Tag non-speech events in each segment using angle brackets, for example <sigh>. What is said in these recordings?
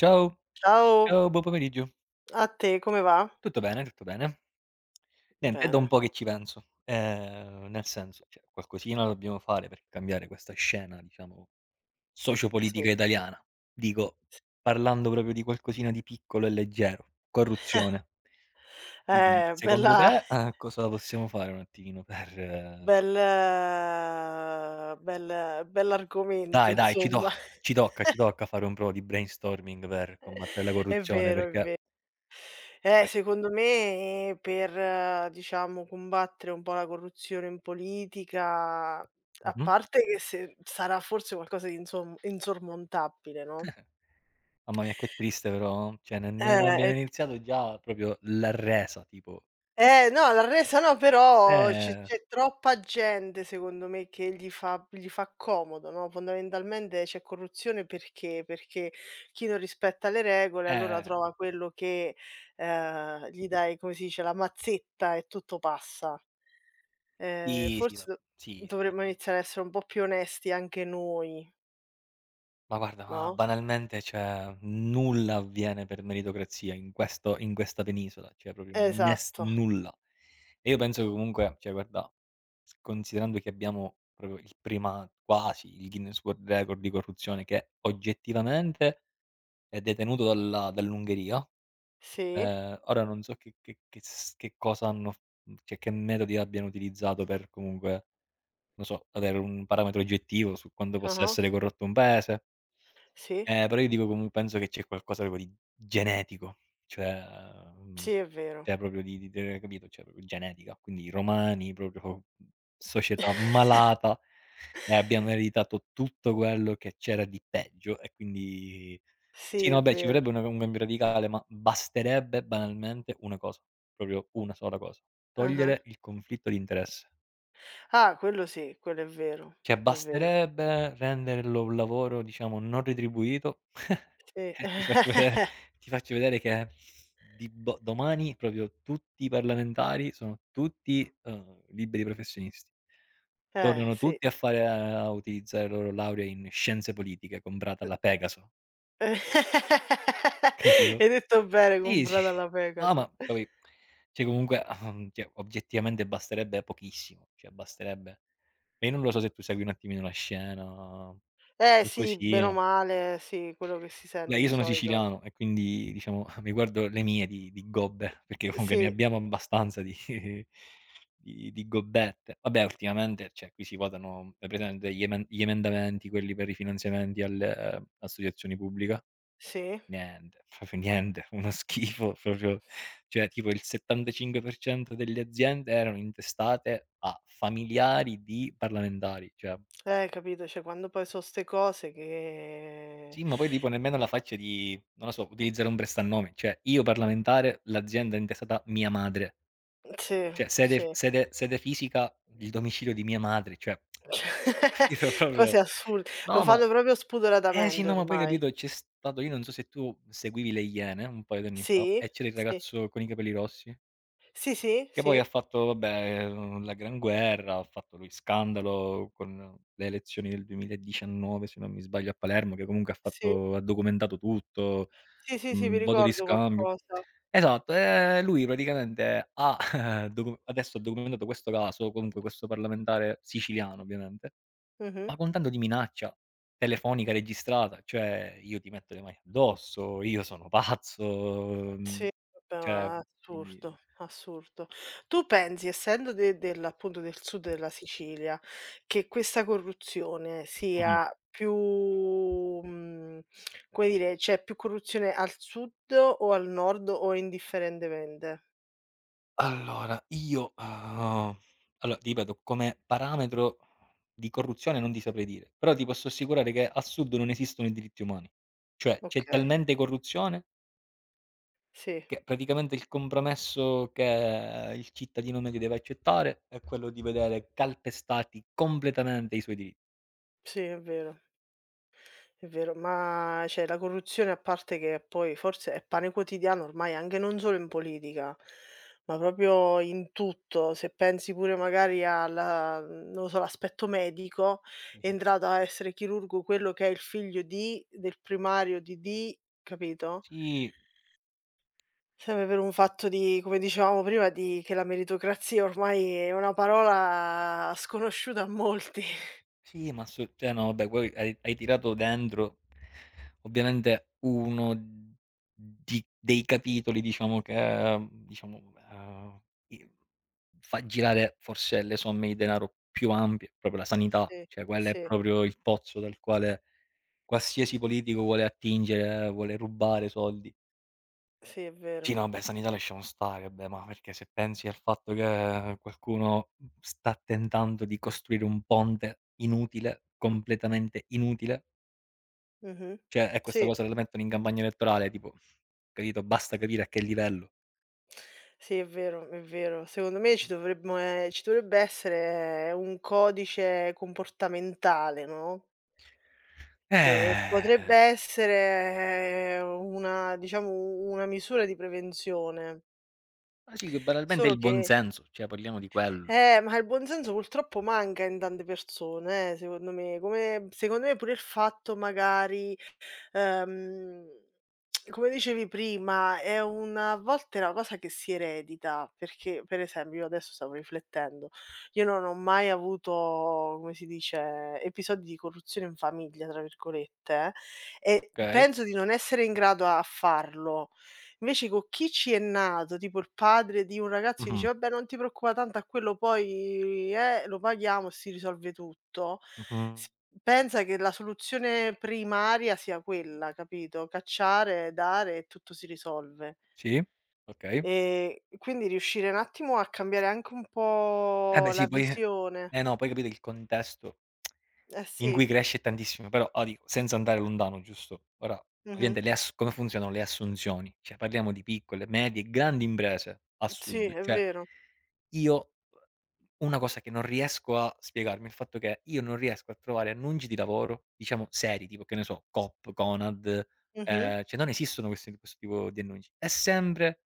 Ciao, Ciao, ciao, buon pomeriggio. a te come va? Tutto bene, tutto bene. Niente, è da un Bene, po' che ci penso. Nel senso, cioè, qualcosina dobbiamo fare per cambiare questa scena, diciamo, sociopolitica sì. italiana. Dico, parlando proprio di qualcosina di piccolo e leggero, corruzione. Dico, Eh, secondo bella te, cosa possiamo fare un attimino per bel bell'argomento dai, dai, insomma. ci tocca fare un po' di brainstorming per combattere la <laughs> È corruzione vero, è perché. ve Secondo me per, diciamo, combattere un po' la corruzione in politica, a Mh-mh. parte che se sarà forse qualcosa di insom insormontabile, no? Mamma mia, che triste però, cioè nemmeno Eh, abbiamo e iniziato già proprio la resa, tipo. Eh no, la resa no, però c'è Eh, c'è troppa gente secondo me che gli fa comodo, no, fondamentalmente c'è corruzione perché? Perché chi non rispetta le regole allora eh, trova quello che, gli dai, come si dice, la mazzetta e tutto passa. Sì, sì, Forse ma do sì, sì, dovremmo sì. iniziare a essere un po' più onesti anche noi, Ma guarda, ma no? banalmente, cioè, nulla avviene per meritocrazia in questa penisola, cioè proprio nes Esatto. nulla. E io penso che comunque, cioè guarda, s considerando che abbiamo proprio il prima quasi il Guinness World Record di corruzione, che oggettivamente è detenuto dalla dall'Ungheria Sì, Ora non so che cosa cioè che metodi abbiano utilizzato per, comunque, non so, avere un parametro oggettivo su quanto possa ah-ah, essere corrotto un paese. sì, Però io dico comu penso che c'è qualcosa proprio di genetico, cioè, mhmm, sì è vero. cioè proprio di de capito, cioè proprio genetica. Quindi i romani proprio, società <laughs> malata, e abbiamo ereditato tutto quello che c'era di peggio, e quindi sì, Sì no, è vabbè, ci vero, vorrebbe una un cambio radicale, ma basterebbe banalmente una cosa, proprio una sola cosa: ah-ah. togliere il conflitto di interesse. Ah, quello sì, quello è vero, Cioè è vero. basterebbe renderlo un lavoro, diciamo, non retribuito <laughs> Sì. e ti faccio vedere, <laughs> che di bo domani proprio tutti i parlamentari sono tutti, liberi professionisti. Tornano sì. tutti a fare a utilizzare la loro laurea in scienze politiche comprata alla Pegaso, <laughs> capito? Hai detto bene, Sì, comprata sì. alla No, Pegasus. ma capi cioè comunque, cioè oggettivamente basterebbe pochissimo, cioè basterebbe e io non lo so se tu segui un attimino la scena, Eh sì, bene o qualcosina. male, sì, quello che si Beh, sente io di sono solito. siciliano e quindi, diciamo, <laughs> mi guardo le mie di gobbe, perché comunque ne Sì, abbiamo abbastanza di <laughs> di gobbette. Vabbè, ultimamente, cioè, qui si votano, hai presente gli emendamenti, quelli per i finanziamenti alle, associazioni pubbliche? sì, Niente, <laughs> proprio niente, uno schifo proprio. Cioè, tipo il 75% delle aziende erano intestate a familiari di parlamentari, cioè. Capito, cioè quando poi so' 'ste cose che Sì, ma poi tipo nemmeno la faccia di, non lo so, utilizzare un prestannome, cioè: "Io parlamentare", l'azienda è intestata "mia madre", sì, cioè sede, sì, sede fisica, il domicilio di mia madre, cioè <laughs> <laughs> cioè capito cose proprio. assurde. Lo No, ma, fanno proprio eh sì, spudoratamente no, ma poi ormai. capito, c'è stato, io non so se tu seguivi le Iene un paio d'anni fa, Sì, e c'era il sì, ragazzo con i capelli rossi. sì, sì, Che poi sì, ha fatto, vabbè, la gran guerra, ha fatto lui scandalo con le elezioni del 2019, se non mi sbaglio, a Palermo, che comunque ha sì, fatto ha documentato tutto, sì, sì, sì, mi voto di ricordo scambio. qualcosa. Esatto. Lui praticamente ha <laughs> docu adesso ha documentato questo caso, comunque questo parlamentare siciliano, ovviamente, Mh-mh. ma con tanto di minaccia telefonica registrata, cioè: "Io ti metto le mani addosso, io sono pazzo", mhmm, Sì, vabbè, cioè ma quindi. assurdo, assurdo. Tu pensi, essendo de del appunto, del sud della Sicilia, che questa corruzione Mh-mh. sia più, come dire, c'è più corruzione al sud o al nord o indifferentemente? Allora io, uhm, allora ti ripeto, come parametro di corruzione non ti saprei dire, però ti posso assicurare che al sud non esistono i diritti umani. Cioè c'è Okay, talmente corruzione sì, che praticamente il compromesso che il cittadino medio deve accettare è quello di vedere calpestati completamente i suoi diritti. sì, è vero. È vero, ma cioè la corruzione a parte che poi forse è pane quotidiano ormai anche non solo in politica, ma proprio in tutto. Se pensi pure magari alla non lo so, l'aspetto medico, Mi è sembra entrato a essere chirurgo quello che è il figlio di, del primario di, capito? sì. Sempre per un fatto di come dicevamo prima, di che la meritocrazia ormai è una parola sconosciuta a molti. <laughs> Sì, ma assu cioè, no, vabbè, poi hai tirato dentro ovviamente uno di dei capitoli, diciamo che, diciamo, i fa girare forse le somme di denaro più ampie, proprio la sanità, Sì, cioè quello è sì, proprio il pozzo dal quale qualsiasi politico vuole attingere, vuole rubare soldi. sì, è Sì, vero. no, beh, sanità lasciamo stare. Beh, ma perché se pensi al fatto che qualcuno, sta tentando di costruire un ponte inutile, completamente inutile, Mh-mh. cioè, e Sì. questa cosa la mettono in campagna elettorale, tipo, capito, basta capire a che livello. Sì, è vero, è vero. Secondo me ci dovrebbe essere un codice comportamentale, no, che Eh, potrebbe essere una diciamo u una misura di prevenzione. ma sì, che banalmente è Solo il che buonsenso, cioè parliamo di quello, ma il buonsenso purtroppo manca in tante persone, secondo me. Come secondo me pure il fatto magari, ehm, come dicevi prima, è una a volte è una cosa che si eredita, perché per esempio io adesso stavo riflettendo, io non ho mai avuto, come si dice, episodi di "corruzione in famiglia" tra virgolette, e okay. penso di non essere in grado a farlo. Invece co' chi ci è nato, tipo il padre di un ragazzo che dice: Mh-mh, "Vabbè non ti preoccupa tanto a quello poi, lo paghiamo e si risolve tutto", mh-mh, s pensa che la soluzione primaria sia quella, capito, cacciare, dare e tutto si risolve. sì, okay. Quindi riuscire un attimo a cambiare anche un Eh po' beh la sì, poi visione. eh no, poi capito il contesto Eh in cui sì, cresce tantissimo, però, ah, dico, senza andare lontano, giusto? Ora, mh-mh. ovviamente le ass come funzionano le assunzioni? Cioè parliamo di piccole, medie e grandi imprese al Sì, sud. è Cioè, vero. io, una cosa che non riesco a spiegarmi, è il fatto che io non riesco a trovare annunci di lavoro, diciamo, seri, tipo, che ne so, Coop, Conad, Mh-mh. Cioè non esistono questi questo tipo di annunci. È sempre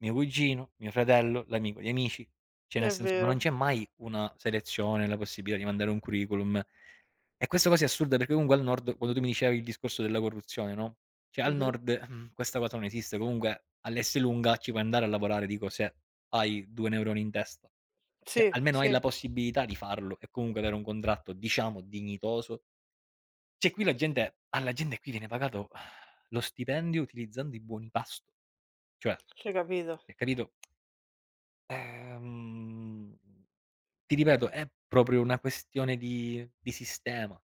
mio cugino, mio fratello, l'amico di amici. Cioè, nel È senso, ma vero. non c'è mai una selezione, la possibilità di mandare un curriculum. E questa cosa è assurda, perché comunque al nord, quando tu mi dicevi il discorso della corruzione, no, cioè, al Mh-mh. nord, questa cosa non esiste. Comunque all'Esselunga ci puoi andare a lavorare, dico, se hai 2 neuroni in testa. Cioè Sì, almeno hai sì, la possibilità di farlo e comunque avere un contratto, diciamo, dignitoso. Cioè qui la gente alla gente qui viene pagato lo stipendio utilizzando i buoni pasto. Cioè, c'hai capito. hai capito? Ehm, Ti ripeto, è proprio una questione di sistema.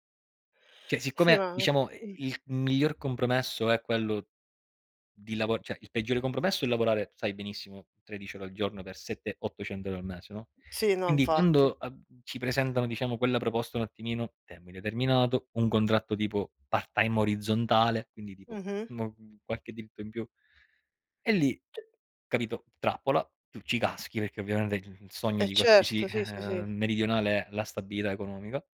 Cioè, Sì, siccome ma diciamo mh. il miglior compromesso è quello di lavo cioè il peggiore compromesso è lavorare, sai benissimo, 13 ore al giorno per 700, 800 € al mese, no, Sì, no, quindi infatti. quando ab ci presentano, diciamo, quella proposta un attimino termine determinato, un contratto tipo part-time orizzontale, quindi tipo, Mh-mh. Qualche diritto in più, e lì. Capito? Trappola, tu ci caschi perché ovviamente il sogno Eh di qualsiasi, certo, sì, sì, sì. meridionale è la stabilità economica.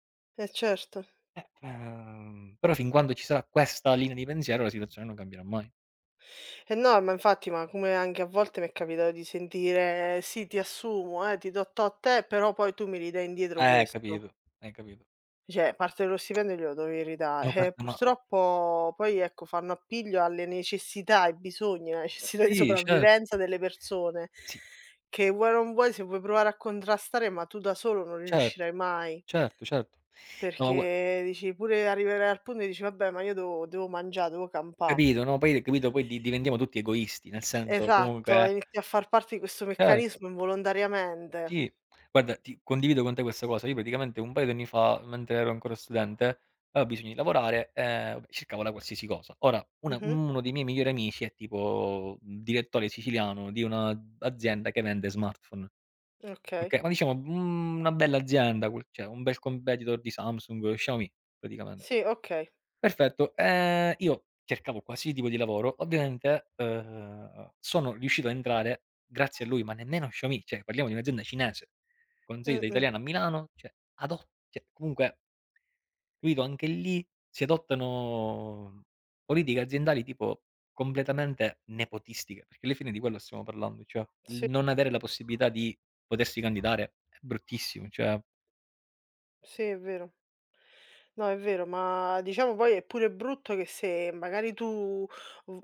Eh certo. Però fin quando ci sarà questa linea di pensiero, la situazione non cambierà mai. Eh no, ma infatti, ma come anche a volte mi è capitato di sentire: "Sì, ti assumo, ti do tot però poi tu mi ridai indietro questo." Capito, hai capito. Cioè, parte dello stipendio glielo dovevi ridà No, guarda, ma purtroppo poi, ecco, fanno appiglio alle necessità, ai bisogni, alla necessità di sì, cer sopravvivenza delle persone sì, che vuoi o non vuoi, se vuoi provare a contrastare, ma tu da solo non certo, riuscirai mai. certo, certo. No, gua Perché dici pure arrivare al punto e dici: "Vabbè, ma io devo mangià, devo campà". capito, no, poi capito, poi di diventiamo tutti egoisti, nel senso, Esatto, comunque, inizi a far parte di questo certo. meccanismo involontariamente. Sì, guarda, ti condivido con te questa cosa. Io praticamente un paio di anni fa, mentre ero ancora studente, avevo bisogno di lavorare, e vabbè, cercavo la qualsiasi cosa. Ora, una Mh-mh. uno dei miei migliori amici è tipo direttore siciliano di una azienda che vende smartphone, Okay. okay, ma diciamo, una bella azienda, quel cioè un bel competitor di Samsung, Xiaomi praticamente. Sì, okay. Perfetto. Io cercavo qualsiasi tipo di lavoro, ovviamente, sono riuscito a entrare grazie a lui, ma nemmeno Xiaomi, cioè parliamo di un'azienda cinese, con sede Mh-mh. italiana a Milano, cioè adot cioè comunque, capito, anche lì si adottano politiche aziendali tipo completamente nepotistiche, perché alla fine di quello stiamo parlando, cioè il Sì, non avere la possibilità di potersi candidare è bruttissimo, cioè. sì, è vero. No, è vero, ma diciamo poi è pure brutto che se magari tu v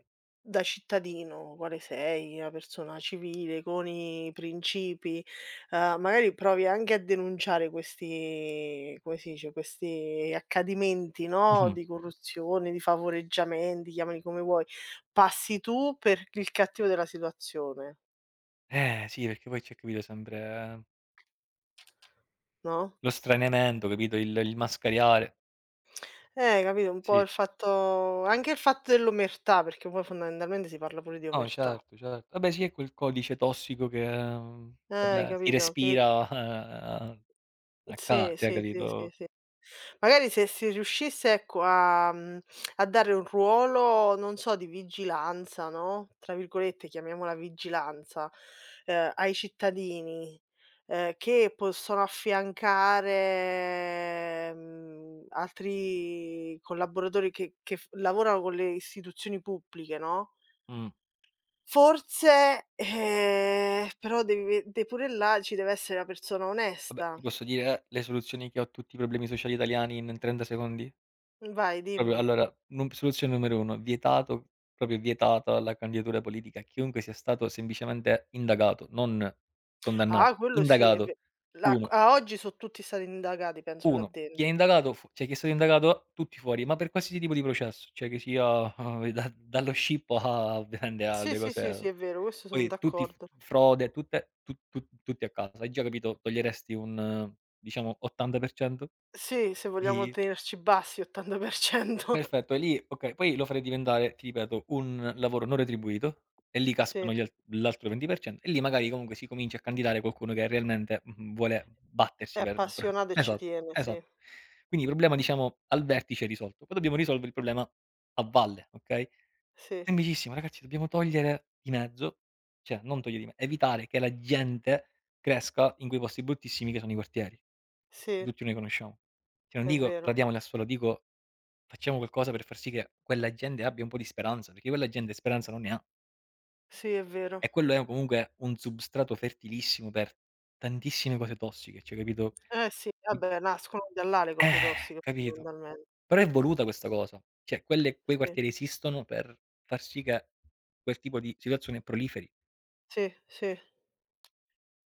da cittadino, quale sei, una persona civile, con i principi, magari provi anche a denunciare questi come si dice, questi accadimenti, no, Mh-mh. di corruzione, di favoreggiamenti, chiamali come vuoi, passi tu per il cattivo della situazione, Eh sì, perché poi c'è, capito, sempre eh, no, lo straniamento, capito, il mascariare. Capito, un po' Sì. Il fatto dell'omertà, perché poi fondamentalmente si parla pure di No, omertà. certo, certo. Vabbè sì, è quel codice tossico che, Hai vabbè, si capito che respira a a ca sì, cioè, sì, sì, sì, capito? sì. Magari se si riuscisse, ecco, a a dare un ruolo, non so, di "vigilanza", no, tra virgolette, chiamiamola "vigilanza", ai cittadini, che possono affiancare, altri collaboratori che f lavorano con le istituzioni pubbliche, no, Mh. forse, però devi ve de pure là ci deve essere una persona Vabbè, ti onesta. posso dire, le soluzioni che ho a tutti i problemi sociali italiani in 30 secondi? Vai, Proprio, dimmi. allora, nu soluzione numero 1: vietato, proprio vietata la candidatura politica a chiunque sia stato semplicemente indagato, non Ah, condannato, quello sì, è indagato. ve La 1. a oggi so' tutti stati indagati penso là 1, chi è dentro. indagato, fu cioè chi è stato indagato, tutti fuori, ma per qualsiasi tipo di processo, cioè che sia, <laughs> da dallo scippo a, ovviamente, Sì, alle sì, sì, sì, cose, è vero, questo son poi tutti f d'accordo. frode, tutte tu tu tutti a casa. Hai già capito, toglieresti un, diciamo, 80% Sì, se vogliamo di. tenerci bassi 80%. <laughs> Perfetto, e lì okay, poi lo farei diventare, ti ripeto, un lavoro non retribuito, e lì Sì, cascano gli al l'altro 20%, e lì magari comunque si comincia a candidare qualcuno che realmente, vuole è battersi per pro appassionato e ci esatto, tiene, sì, esatto. Quindi il problema, diciamo, al vertice è risolto, poi dobbiamo risolvere il problema a valle, okay. sì, Semplicissimo, ragazzi, dobbiamo togliere di mezzo, cioè non togliere di me evitare che la gente cresca in quei posti bruttissimi che sono i quartieri, che sì, tutti noi conosciamo. Cioè non è dico vero. radiamoli al suolo, dico, facciamo qualcosa per far sì che quella gente abbia un po' di speranza, perché quella gente speranza non ne ha. Sì, è vero. E quello è comunque un substrato fertilissimo per tantissime cose tossiche, cioè, capito? Eh sì, I vabbè nascono da là le cose tossiche capito. fondamentalmen Però è voluta questa cosa. Cioè quelle, quei sì, quartieri esistono per far sì che quel tipo di situazione proliferi. sì, sì.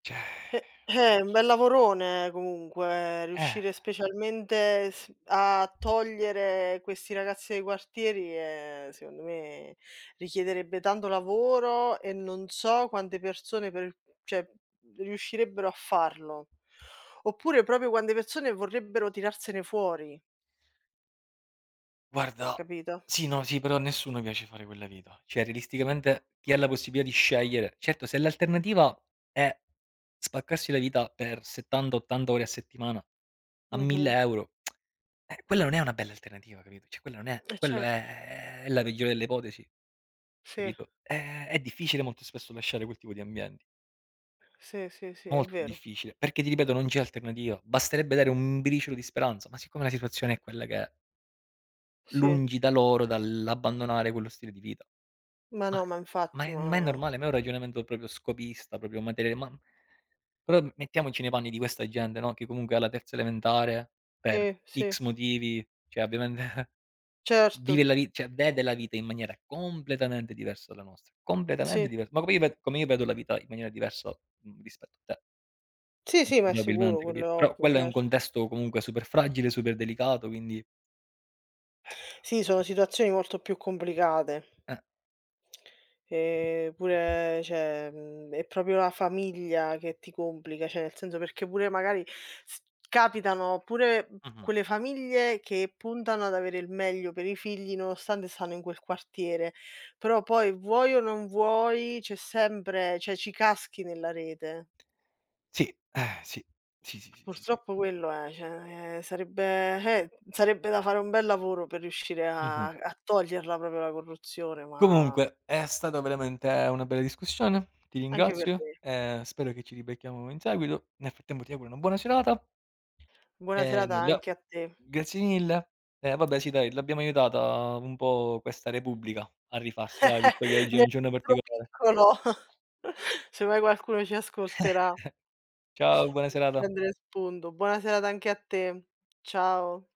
Cioè, Un bel lavorone comunque, eh. riuscire specialmente s a togliere questi ragazzi dai quartieri, secondo me richiederebbe tanto lavoro e non so quante persone per cioè, riuscirebbero a farlo. Oppure proprio quante persone vorrebbero tirarsene fuori, Guarda, capito? sì, no, sì, però a nessuno piace fare quella vita. Cioè, realisticamente, chi ha la possibilità di scegliere, certo, se l'alternativa è spaccarsi la vita per 70, 80 ore a settimana a 1000 Mh-mh. €, quella non è una bella alternativa, capito? Cioè quella non è Eh quello certo. È la peggiore delle ipotesi, Sì, capito? È difficile molto spesso lasciare quel tipo di ambienti, sì, sì, sì, è molto vero. difficile, perché, ti ripeto, non c'è alternativa. Basterebbe dare un briciolo di speranza, ma siccome la situazione è quella che è, Sì. lungi da loro dall'abbandonare quello stile di vita. Ma Ma no, ma ma infatti, è ma è ma normale, ma è un ragionamento proprio scopista, proprio materiale, però mettiamoci nei panni di questa gente, no, che comunque alla terza elementare, per sì, sì, X motivi, cioè, ovviamente, <laughs> certo, vive la vi cioè vede la vita in maniera completamente diversa dalla nostra, completamente sì. diver ma come io ve come io vedo la vita in maniera diversa, rispetto a te, Sì, sì, molto ma è sicuro, probabilmente, quello è capito? Però ovvio, quello è un certo. contesto comunque super fragile, super delicato, quindi Sì, sono situazioni molto più complicate. eh, Pure cioè, è proprio la famiglia che ti complica, cioè nel senso perché pure magari s capitano pure, mh-mh. quelle famiglie che puntano ad avere il meglio per i figli nonostante stanno in quel quartiere, però poi vuoi o non vuoi c'è sempre cioè ci caschi nella rete. Sì, sì. Sì, sì, sì, sì, sì. Purtroppo quello è, cioè, sarebbe da fare un bel lavoro per riuscire a Mh-mh. a toglierla proprio la corruzione, ma Comunque è stata veramente una bella discussione, ti anche per ringrazio, me. Spero che ci ribecchiamo in seguito. Nel frattempo ti auguro una buona serata, Buona e serata nulla, anche a te. grazie mille. E vabbè, sì, dai, l'abbiamo aiutata un po' questa repubblica a rifarsi, dai, <laughs> visto che oggi è Nel un giorno nostro particolare. piccolo <laughs> se mai qualcuno ci ascolterà, <laughs> Ciao, buona può serata. prendere spunto. Buona serata anche a te. Ciao.